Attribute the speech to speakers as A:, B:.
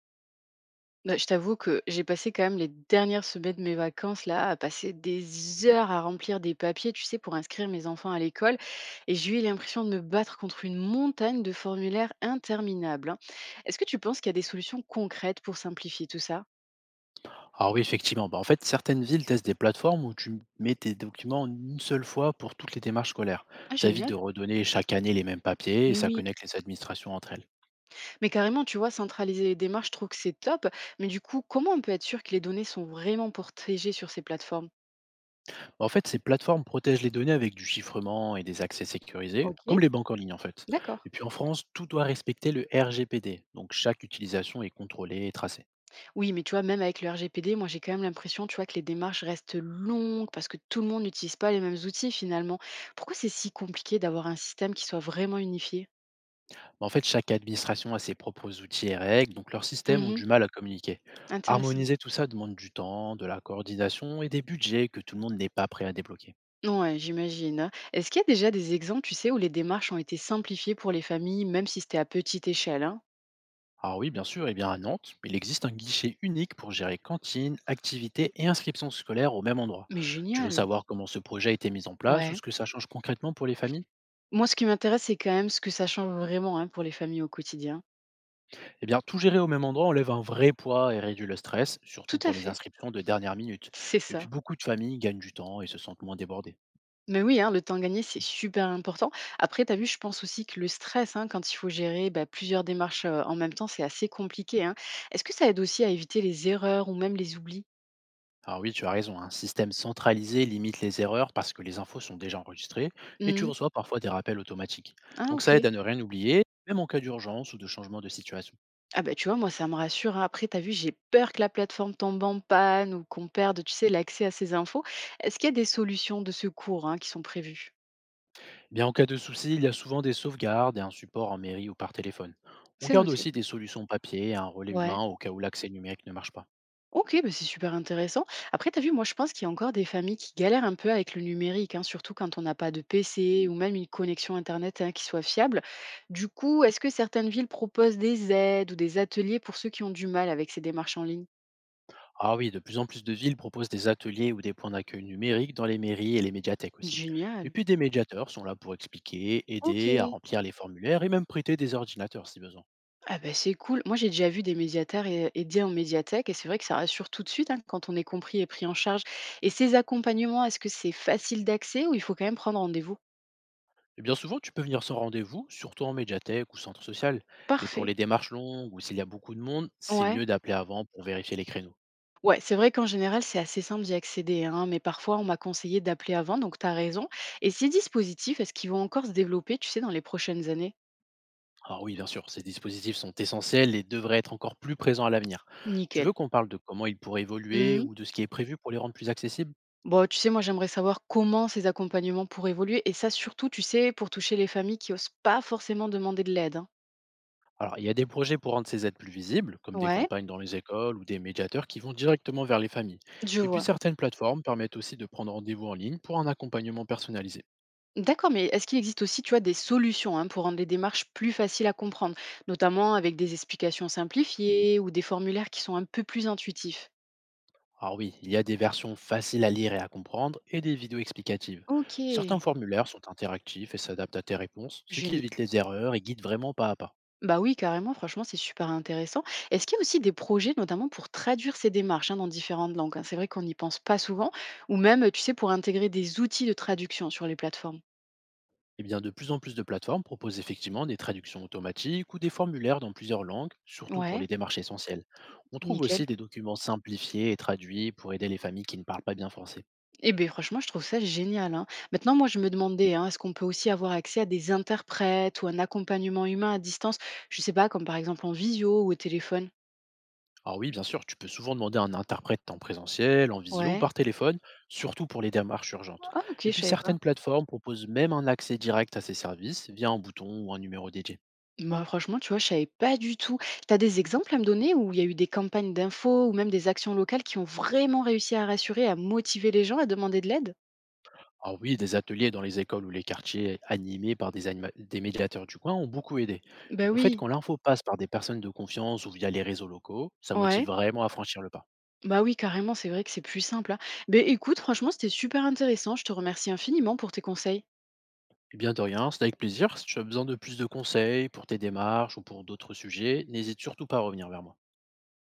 A: Bah, je t'avoue que j'ai passé quand même les dernières semaines de mes vacances là à passer des heures à remplir des papiers, tu sais, pour inscrire mes enfants à l'école. Et j'ai eu l'impression de me battre contre une montagne de formulaires interminables, hein. Est-ce que tu penses qu'il y a des solutions concrètes pour simplifier tout ça?
B: Alors oui, effectivement. Bah, en fait, certaines villes testent des plateformes où tu mets tes documents en une seule fois pour toutes les démarches scolaires.
A: Ah,
B: Ça évite de
A: génial!
B: redonner chaque année les mêmes papiers et
A: Mais
B: ça
A: oui.
B: connecte les administrations entre elles.
A: Mais carrément, tu vois, centraliser les démarches, je trouve que c'est top. Mais du coup, comment on peut être sûr que les données sont vraiment protégées sur ces plateformes?
B: Bah, en fait, ces plateformes protègent les données avec du chiffrement et des accès sécurisés,
A: Ok,
B: comme les banques en ligne en fait.
A: d'accord.
B: Et puis en France, tout doit respecter le RGPD, donc chaque utilisation est contrôlée et tracée.
A: Oui, mais tu vois, même avec le RGPD, moi j'ai quand même l'impression, tu vois, que les démarches restent longues parce que tout le monde n'utilise pas les mêmes outils finalement. Pourquoi c'est si compliqué d'avoir un système qui soit vraiment unifié?
B: Mais en fait, chaque administration a ses propres outils et règles, donc leurs systèmes ont
A: Mhm,
B: du mal à communiquer.
A: intéressant.
B: Harmoniser tout ça demande du temps, de la coordination et des budgets que tout le monde n'est pas prêt à débloquer.
A: Ouais, j'imagine, hein. Est-ce qu'il y a déjà des exemples, tu sais, où les démarches ont été simplifiées pour les familles, même si c'était à petite échelle, hein?
B: Ah oui, bien sûr, eh bien à Nantes, il existe un guichet unique pour gérer cantine, activités et inscriptions scolaires au même endroit.
A: Mais
B: Tu veux
A: génial.
B: savoir comment ce projet a été mis en place ou ce
A: Ouais.
B: que ça change concrètement pour les familles?
A: Moi, ce qui m'intéresse, c'est quand même ce que ça change vraiment, hein, pour les familles au quotidien.
B: Eh bien, tout gérer au même endroit enlève un vrai poids et réduit le stress, surtout
A: Tout à
B: pour les
A: fait.
B: inscriptions de dernière minute.
A: C'est
B: Et puis
A: ça.
B: beaucoup de familles gagnent du temps et se sentent moins débordées.
A: Mais oui, hein, le temps gagné, c'est super important. Après, tu as vu, je pense aussi que le stress, hein, quand il faut gérer bah, plusieurs démarches en même temps, c'est assez compliqué, hein. Est-ce que ça aide aussi à éviter les erreurs ou même les oublis?
B: Ah oui, tu as raison, un système centralisé limite les erreurs parce que les infos sont déjà enregistrées et tu
A: Mhm.
B: reçois parfois des rappels automatiques.
A: Ah,
B: Donc
A: ok.
B: ça aide à ne rien oublier, même en cas d'urgence ou de changement de situation.
A: Ah, bah, tu vois, moi, ça me rassure, hein. Après, t'as vu, j'ai peur que la plateforme tombe en panne ou qu'on perde, tu sais, l'accès à ces infos. Est-ce qu'il y a des solutions de secours, hein, qui sont prévues?
B: Eh bien, en cas de souci, il y a souvent des sauvegardes et un support en mairie ou par téléphone. On
A: C'est
B: garde
A: noté.
B: aussi des solutions papier et un relais
A: Ouais.
B: humain au cas où l'accès numérique ne marche pas.
A: OK, bah, c'est super intéressant. Après, tu as vu, moi, je pense qu'il y a encore des familles qui galèrent un peu avec le numérique, hein, surtout quand on n'a pas de PC ou même une connexion Internet, hein, qui soit fiable. Du coup, est-ce que certaines villes proposent des aides ou des ateliers pour ceux qui ont du mal avec ces démarches en ligne?
B: Ah oui, de plus en plus de villes proposent des ateliers ou des points d'accueil numériques dans les mairies et les médiathèques aussi. Et
A: Génial.
B: puis des médiateurs sont là pour expliquer,
A: Ok.
B: aider à remplir les formulaires et même prêter des ordinateurs si besoin.
A: Ah ben c'est cool. Moi, j'ai déjà vu des aidés en médiathèque et c'est vrai que ça rassure tout de suite, hein, quand on est compris et pris en charge. Et ces accompagnements, est-ce que c'est facile d'accès ou il faut quand même prendre rendez-vous?
B: Et bien souvent, tu peux venir sans rendez-vous, surtout en médiathèque ou centre social. Mais pour
A: Parfait.
B: les démarches longues ou s'il y a beaucoup de monde, c'est
A: Ouais.
B: mieux d'appeler avant pour vérifier les créneaux.
A: Ouais, c'est vrai qu'en général, c'est assez simple d'y accéder, hein, mais parfois on m'a conseillé d'appeler avant, donc t'as raison. Et ces dispositifs, est-ce qu'ils vont encore se développer, tu sais, dans les prochaines années?
B: Alors oui, bien sûr, ces dispositifs sont essentiels et devraient être encore plus présents à l'avenir. Tu
A: Nickel.
B: veux qu'on parle de comment ils pourraient évoluer
A: Mhm.
B: ou de ce qui est prévu pour les rendre plus accessibles?
A: Bon, tu sais, moi j'aimerais savoir comment ces accompagnements pourraient évoluer, et ça surtout, tu sais, pour toucher les familles qui osent pas forcément demander de l'aide, hein.
B: Alors, il y a des projets pour rendre ces aides plus visibles, comme des
A: Ouais,
B: campagnes dans les écoles ou des médiateurs qui vont directement vers les familles.
A: je
B: Et puis
A: vois.
B: certaines plateformes permettent aussi de prendre rendez-vous en ligne pour un accompagnement personnalisé.
A: D'accord, mais est-ce qu'il existe aussi, tu vois, des solutions, hein, pour rendre les démarches plus faciles à comprendre, notamment avec des explications simplifiées ou des formulaires qui sont un peu plus intuitifs?
B: Alors oui, il y a des versions faciles à lire et à comprendre et des vidéos explicatives.
A: Ok,
B: Certains formulaires sont interactifs et s'adaptent à tes réponses, ce qui
A: génial.
B: évite les erreurs et guide vraiment pas à pas.
A: Bah oui, carrément, franchement, c'est super intéressant. Est-ce qu'il y a aussi des projets, notamment pour traduire ces démarches, hein, dans différentes langues, hein? C'est vrai qu'on n'y pense pas souvent, ou même, tu sais, pour intégrer des outils de traduction sur les plateformes.
B: Eh bien, de plus en plus de plateformes proposent effectivement des traductions automatiques ou des formulaires dans plusieurs langues, surtout pour
A: Ouais,
B: les démarches essentielles. On trouve aussi
A: nickel.
B: des documents simplifiés et traduits pour aider les familles qui ne parlent pas bien français.
A: Eh bien, franchement, je trouve ça génial, hein. Maintenant, moi, je me demandais, hein, est-ce qu'on peut aussi avoir accès à des interprètes ou un accompagnement humain à distance? Je sais pas, comme par exemple en visio ou au téléphone.
B: Alors oui, bien sûr, tu peux souvent demander à un interprète en présentiel, en visio ou
A: Ouais.
B: par téléphone, surtout pour les démarches urgentes.
A: Ah, ok,
B: Et
A: je
B: puis
A: savais pas.
B: certaines plateformes proposent même un accès direct à ces services via un bouton ou un numéro dédié.
A: Bah, franchement, tu vois, je savais pas du tout. Tu as des exemples à me donner où il y a eu des campagnes d'infos ou même des actions locales qui ont vraiment réussi à rassurer, à motiver les gens à demander de l'aide?
B: Alors oui, des ateliers dans les écoles ou les quartiers animés par des médiateurs du coin ont beaucoup aidé.
A: Bah
B: En fait,
A: oui,
B: quand l'info passe par des personnes de confiance ou via les réseaux locaux, ça motive
A: ouais.
B: vraiment à franchir le pas.
A: Bah oui, carrément, c'est vrai que c'est plus simple, hein. Mais écoute, franchement, c'était super intéressant. Je te remercie infiniment pour tes conseils.
B: Eh bien de rien, c'est avec plaisir. Si tu as besoin de plus de conseils pour tes démarches ou pour d'autres sujets, n'hésite surtout pas à revenir vers moi.